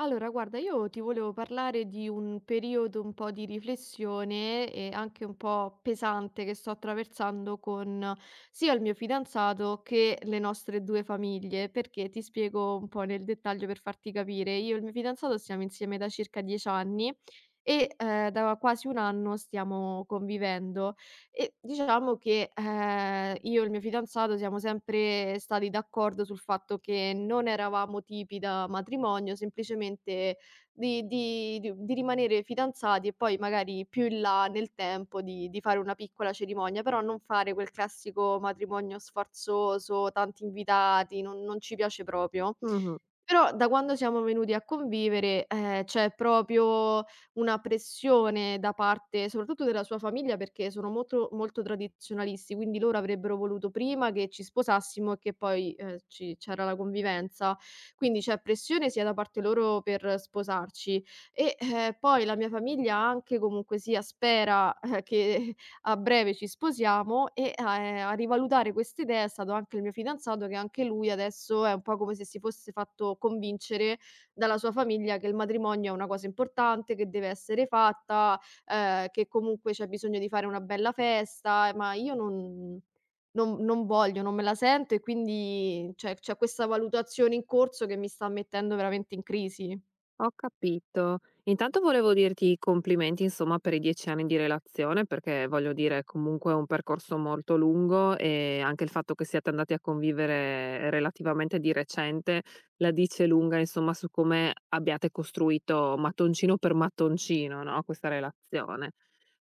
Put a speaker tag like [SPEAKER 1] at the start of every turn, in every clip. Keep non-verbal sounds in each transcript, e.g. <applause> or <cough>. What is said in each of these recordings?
[SPEAKER 1] Allora, guarda, io ti volevo parlare di un periodo un po' di riflessione e anche un po' pesante che sto attraversando con sia il mio fidanzato che le nostre due famiglie, perché ti spiego un po' nel dettaglio per farti capire. Io e il mio fidanzato stiamo insieme da circa 10 anni e da quasi un anno stiamo convivendo. E diciamo che, io e il mio fidanzato siamo sempre stati d'accordo sul fatto che non eravamo tipi da matrimonio, semplicemente di rimanere fidanzati e poi magari più in là nel tempo di fare una piccola cerimonia, però non fare quel classico matrimonio sfarzoso, tanti invitati, non ci piace proprio.
[SPEAKER 2] Mh-mh,
[SPEAKER 1] Però da quando siamo venuti a convivere, c'è proprio una pressione da parte soprattutto della sua famiglia, perché sono molto molto tradizionalisti, quindi loro avrebbero voluto prima che ci sposassimo e che poi, ci c'era la convivenza. Quindi c'è pressione sia da parte loro per sposarci e, poi la mia famiglia anche comunque sia spera, che a breve ci sposiamo e a rivalutare quest'idea è stato anche il mio fidanzato, che anche lui adesso è un po' come se si fosse fatto convincere dalla sua famiglia che il matrimonio è una cosa importante, che deve essere fatta, che comunque c'è bisogno di fare una bella festa, ma io non voglio, non me la sento e quindi c'è questa valutazione in corso che mi sta mettendo veramente in crisi.
[SPEAKER 2] ho capito. Intanto volevo dirti i complimenti, insomma, per i 10 anni di relazione, perché voglio dire comunque è un percorso molto lungo, e anche il fatto che siate andati a convivere relativamente di recente la dice lunga, insomma, su come abbiate costruito mattoncino per mattoncino, no, questa relazione.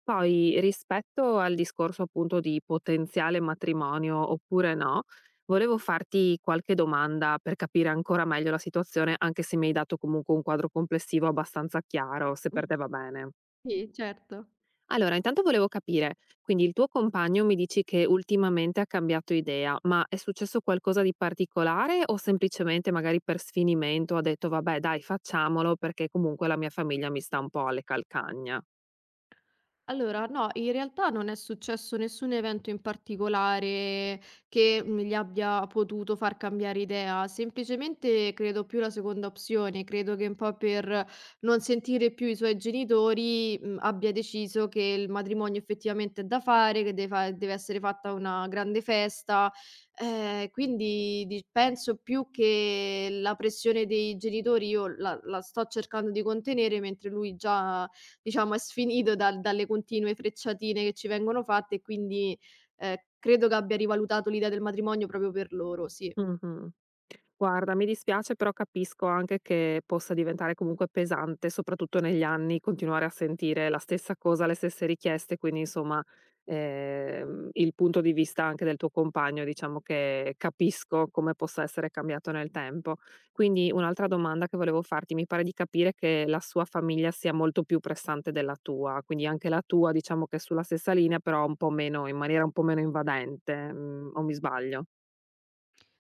[SPEAKER 2] Poi, rispetto al discorso appunto di potenziale matrimonio oppure no, volevo farti qualche domanda per capire ancora meglio la situazione, anche se mi hai dato comunque un quadro complessivo abbastanza chiaro, se
[SPEAKER 1] Mh.
[SPEAKER 2] per te va bene.
[SPEAKER 1] Sì, certo.
[SPEAKER 2] Allora, intanto volevo capire, quindi il tuo compagno mi dici che ultimamente ha cambiato idea, ma è successo qualcosa di particolare o semplicemente magari per sfinimento ha detto vabbè dai facciamolo perché comunque la mia famiglia mi sta un po' alle calcagna?
[SPEAKER 1] Allora, no, in realtà non è successo nessun evento in particolare che mi gli abbia potuto far cambiare idea, semplicemente credo più la seconda opzione, credo che un po' per non sentire più i suoi genitori, abbia deciso che il matrimonio effettivamente è da fare, che deve, deve essere fatta una grande festa, quindi penso più che la pressione dei genitori io la la sto cercando di contenere mentre lui già diciamo è sfinito dalle continue frecciatine che ci vengono fatte e quindi, credo che abbia rivalutato l'idea del matrimonio proprio per loro, sì.
[SPEAKER 2] Mh-mh. Guarda, mi dispiace, però capisco anche che possa diventare comunque pesante, soprattutto negli anni, continuare a sentire la stessa cosa, le stesse richieste, quindi insomma, il punto di vista anche del tuo compagno diciamo che capisco come possa essere cambiato nel tempo. Quindi un'altra domanda che volevo farti, mi pare di capire che la sua famiglia sia molto più pressante della tua, quindi anche la tua diciamo che è sulla stessa linea, però un po' meno, in maniera un po' meno invadente, mhmm, o mi sbaglio?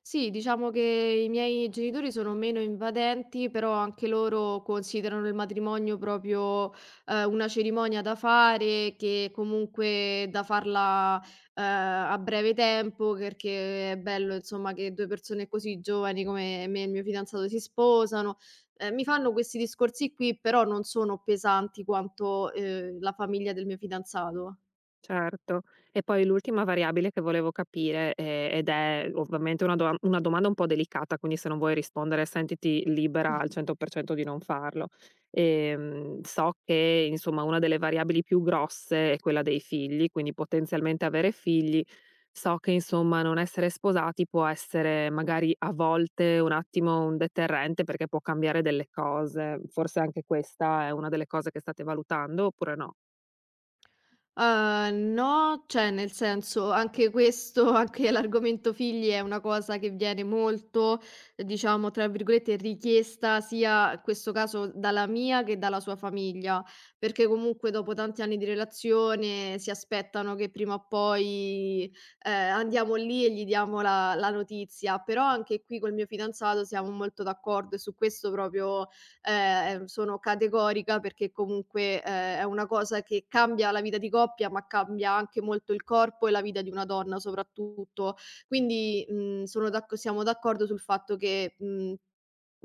[SPEAKER 1] Sì, diciamo che i miei genitori sono meno invadenti, però anche loro considerano il matrimonio proprio una cerimonia da fare, che comunque da farla a breve tempo, perché è bello, insomma, che due persone così giovani come me e il mio fidanzato si sposano. Mi fanno questi discorsi qui, però non sono pesanti quanto la famiglia del mio fidanzato.
[SPEAKER 2] Certo. E poi l'ultima variabile che volevo capire, ed è ovviamente una doman una domanda un po' delicata, quindi se non vuoi rispondere sentiti libera al 100% di non farlo. So che insomma una delle variabili più grosse è quella dei figli, quindi potenzialmente avere figli. So che insomma non essere sposati può essere magari a volte un attimo un deterrente, perché può cambiare delle cose. Forse anche questa è una delle cose che state valutando oppure no?
[SPEAKER 1] No, cioè nel senso anche questo <laughs> anche l'argomento figli è una cosa che viene molto, diciamo, tra virgolette, "richiesta" sia in questo caso dalla mia che dalla sua famiglia, perché comunque dopo tanti anni di relazione si aspettano che prima o poi, andiamo lì e gli diamo la notizia. Però anche qui col mio fidanzato siamo molto d'accordo e su questo proprio sono categorica perché comunque, è una cosa che cambia la vita di coppia, ma cambia anche molto il corpo e la vita di una donna soprattutto. Quindi, sono d'acc siamo d'accordo sul fatto che,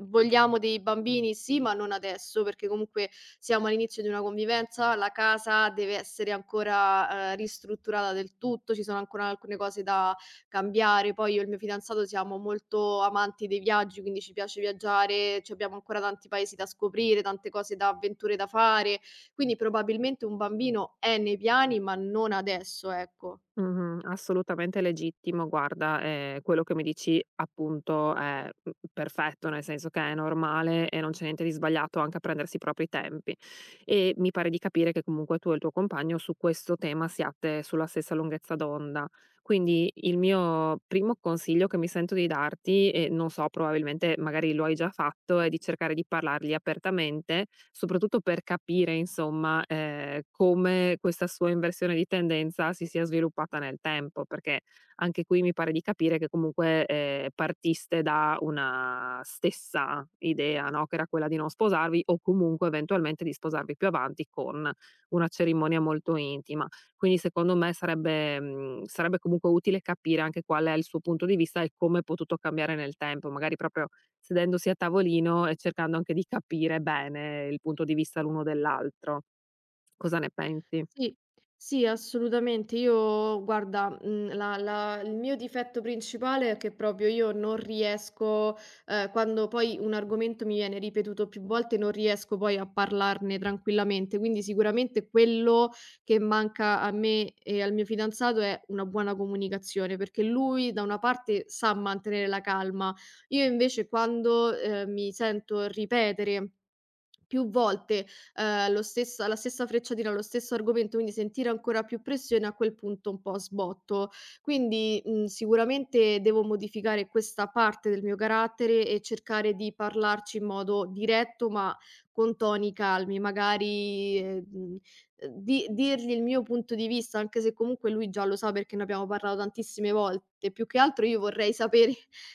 [SPEAKER 1] vogliamo dei bambini sì, ma non adesso, perché comunque siamo all'inizio di una convivenza, la casa deve essere ancora, ristrutturata del tutto, ci sono ancora alcune cose da cambiare. Poi io e il mio fidanzato siamo molto amanti dei viaggi, quindi ci piace viaggiare, ci abbiamo ancora tanti paesi da scoprire, tante cose da avventure da fare, quindi probabilmente un bambino è nei piani, ma non adesso, ecco.
[SPEAKER 2] Mh-mh, assolutamente legittimo. Guarda, quello che mi dici appunto è, mhmm, perfetto, nel senso che è normale e non c'è niente di sbagliato anche a prendersi i propri tempi. E mi pare di capire che comunque tu e il tuo compagno su questo tema siate sulla stessa lunghezza d'onda. Quindi il mio primo consiglio che mi sento di darti, e non so, probabilmente magari lo hai già fatto, è di cercare di parlargli apertamente, soprattutto per capire, insomma, come questa sua inversione di tendenza si sia sviluppata nel tempo, perché anche qui mi pare di capire che comunque partiste da una stessa idea, no? Che era quella di non sposarvi o comunque eventualmente di sposarvi più avanti con una cerimonia molto intima. Quindi secondo me sarebbe, mhmm, sarebbe comunque utile capire anche qual è il suo punto di vista e come è potuto cambiare nel tempo, magari proprio sedendosi a tavolino e cercando anche di capire bene il punto di vista l'uno dell'altro. Cosa ne pensi?
[SPEAKER 1] Sì, sì, assolutamente. Io guarda, la la il mio difetto principale è che proprio io non riesco, quando poi un argomento mi viene ripetuto più volte, non riesco poi a parlarne tranquillamente. Quindi sicuramente quello che manca a me e al mio fidanzato è una buona comunicazione, perché lui da una parte sa mantenere la calma, io invece quando, mi sento ripetere più volte, lo stessa la stessa frecciatina, lo stesso argomento, quindi sentire ancora più pressione, a quel punto un po' sbotto. Quindi, sicuramente devo modificare questa parte del mio carattere e cercare di parlarci in modo diretto, ma con toni calmi, magari, di dirgli il mio punto di vista, anche se comunque lui già lo sa perché ne abbiamo parlato tantissime volte. Più che altro io vorrei sapere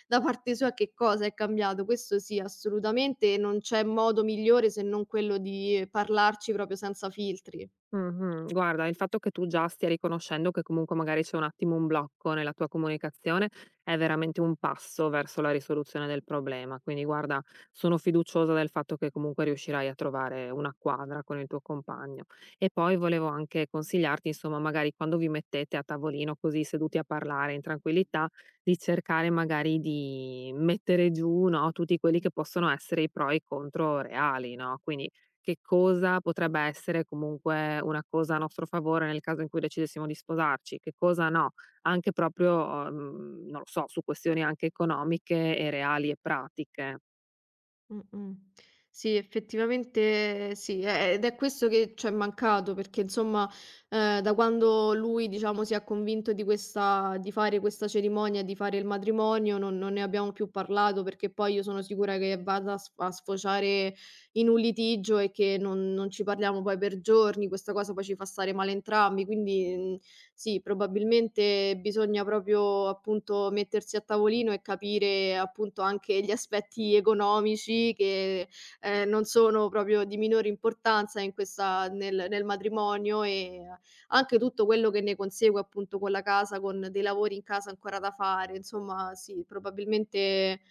[SPEAKER 1] da parte sua che cosa è cambiato, questo sì assolutamente e non c'è modo migliore se non quello di parlarci proprio senza filtri.
[SPEAKER 2] Mh-mh. Guarda, il fatto che tu già stia riconoscendo che comunque magari c'è un attimo un blocco nella tua comunicazione è veramente un passo verso la risoluzione del problema. Quindi guarda, sono fiduciosa del fatto che comunque riuscirai a trovare una quadra con il tuo compagno. E poi volevo anche consigliarti, insomma, magari quando vi mettete a tavolino così seduti a parlare in tranquillità, di cercare magari di mettere giù, no, tutti quelli che possono essere i pro e i contro reali, no, quindi che cosa potrebbe essere comunque una cosa a nostro favore nel caso in cui decidessimo di sposarci, che cosa no, anche proprio, non lo so, su questioni anche economiche e reali e pratiche.
[SPEAKER 1] Mh-mh. Sì, effettivamente sì, e ed è questo che c'è mancato perché insomma, da quando lui diciamo si è convinto di questa di fare questa cerimonia, di fare il matrimonio, non ne abbiamo più parlato perché poi io sono sicura che vada a sf a sfociare in un litigio e che non ci parliamo poi per giorni, questa cosa poi ci fa stare male entrambi, quindi, sì, probabilmente bisogna proprio, appunto, mettersi a tavolino e capire, appunto, anche gli aspetti economici che, non sono proprio di minore importanza in questa nel matrimonio e anche tutto quello che ne consegue, appunto, con la casa, con dei lavori in casa ancora da fare. Insomma, sì, probabilmente.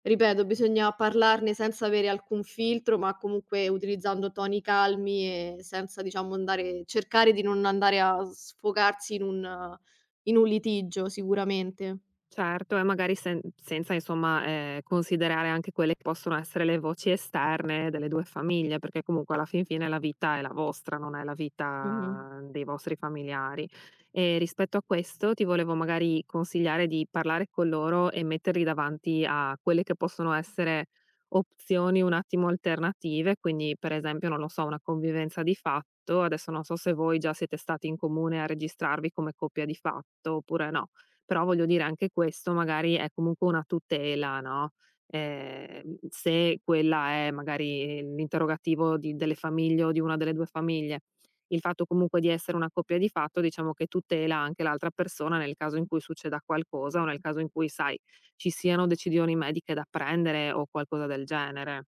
[SPEAKER 1] Ripeto, bisogna parlarne senza avere alcun filtro, ma comunque utilizzando toni calmi e senza diciamo andare cercare di non andare a sfogarsi in un litigio sicuramente.
[SPEAKER 2] Certo, e magari senza insomma, considerare anche quelle che possono essere le voci esterne delle 2 famiglie, perché comunque alla fin fine la vita è la vostra, non è la
[SPEAKER 1] Mh-mh.
[SPEAKER 2] vita dei vostri familiari. E rispetto a questo ti volevo magari consigliare di parlare con loro e metterli davanti a quelle che possono essere opzioni un attimo alternative, quindi per esempio, non lo so, una convivenza di fatto. Adesso non so se voi già siete stati in comune a registrarvi come coppia di fatto oppure no. Però voglio dire anche questo magari è comunque una tutela, no, se quella è magari l'interrogativo di delle famiglie o di una delle 2 famiglie. Il fatto comunque di essere una coppia di fatto diciamo che tutela anche l'altra persona nel caso in cui succeda qualcosa o nel caso in cui, sai, ci siano decisioni mediche da prendere o qualcosa del genere.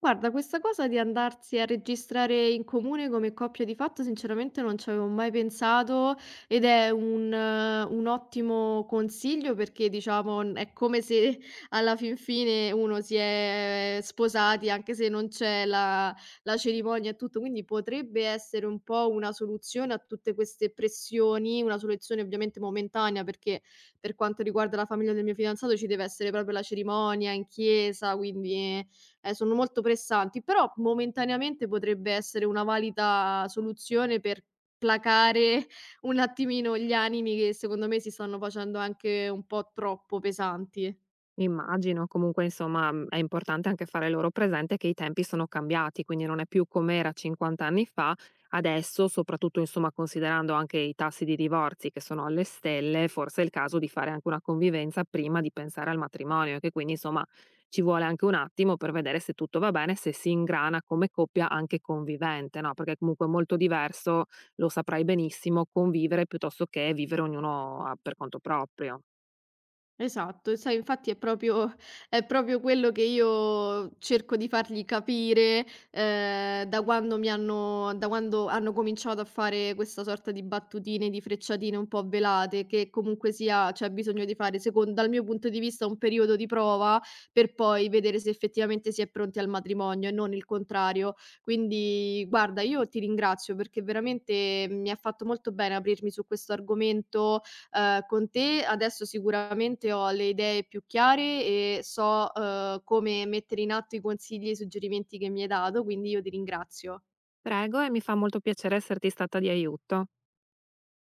[SPEAKER 1] Guarda, questa cosa di andarsi a registrare in comune come coppia di fatto sinceramente non ci avevo mai pensato ed è un ottimo consiglio perché, diciamo, n è come se alla fin fine uno si è sposati anche se non c'è la cerimonia e tutto, quindi potrebbe essere un po' una soluzione a tutte queste pressioni, una soluzione ovviamente momentanea, perché per quanto riguarda la famiglia del mio fidanzato ci deve essere proprio la cerimonia in chiesa, quindi sono molto pressanti, però momentaneamente potrebbe essere una valida soluzione per placare <laughs> un attimino gli animi che secondo me si stanno facendo anche un po' troppo pesanti.
[SPEAKER 2] Immagino, comunque insomma, mhmm, è importante anche fare loro presente che i tempi sono cambiati, quindi non è più com'era 50 anni fa, adesso soprattutto insomma considerando anche i tassi di divorzi che sono alle stelle, forse è il caso di fare anche una convivenza prima di pensare al matrimonio, e che quindi insomma ci vuole anche un attimo per vedere se tutto va bene, se si ingrana come coppia anche convivente, no, perché comunque è molto diverso, lo saprai benissimo, convivere piuttosto che vivere ognuno a per conto proprio.
[SPEAKER 1] Esatto, e sai infatti è proprio quello che io cerco di fargli capire, da quando hanno cominciato a fare questa sorta di battutine, di frecciatine un po' velate, che comunque sia c'è bisogno di fare secon dal mio punto di vista un periodo di prova, per poi vedere se effettivamente si è pronti al matrimonio e non il contrario. Quindi guarda, io ti ringrazio perché veramente mi ha fatto molto bene aprirmi su questo argomento. Con te adesso sicuramente ho le idee più chiare e so, come mettere in atto i consigli e i suggerimenti che mi hai dato, quindi io ti ringrazio.
[SPEAKER 2] Prego, e mi fa molto piacere esserti stata di aiuto.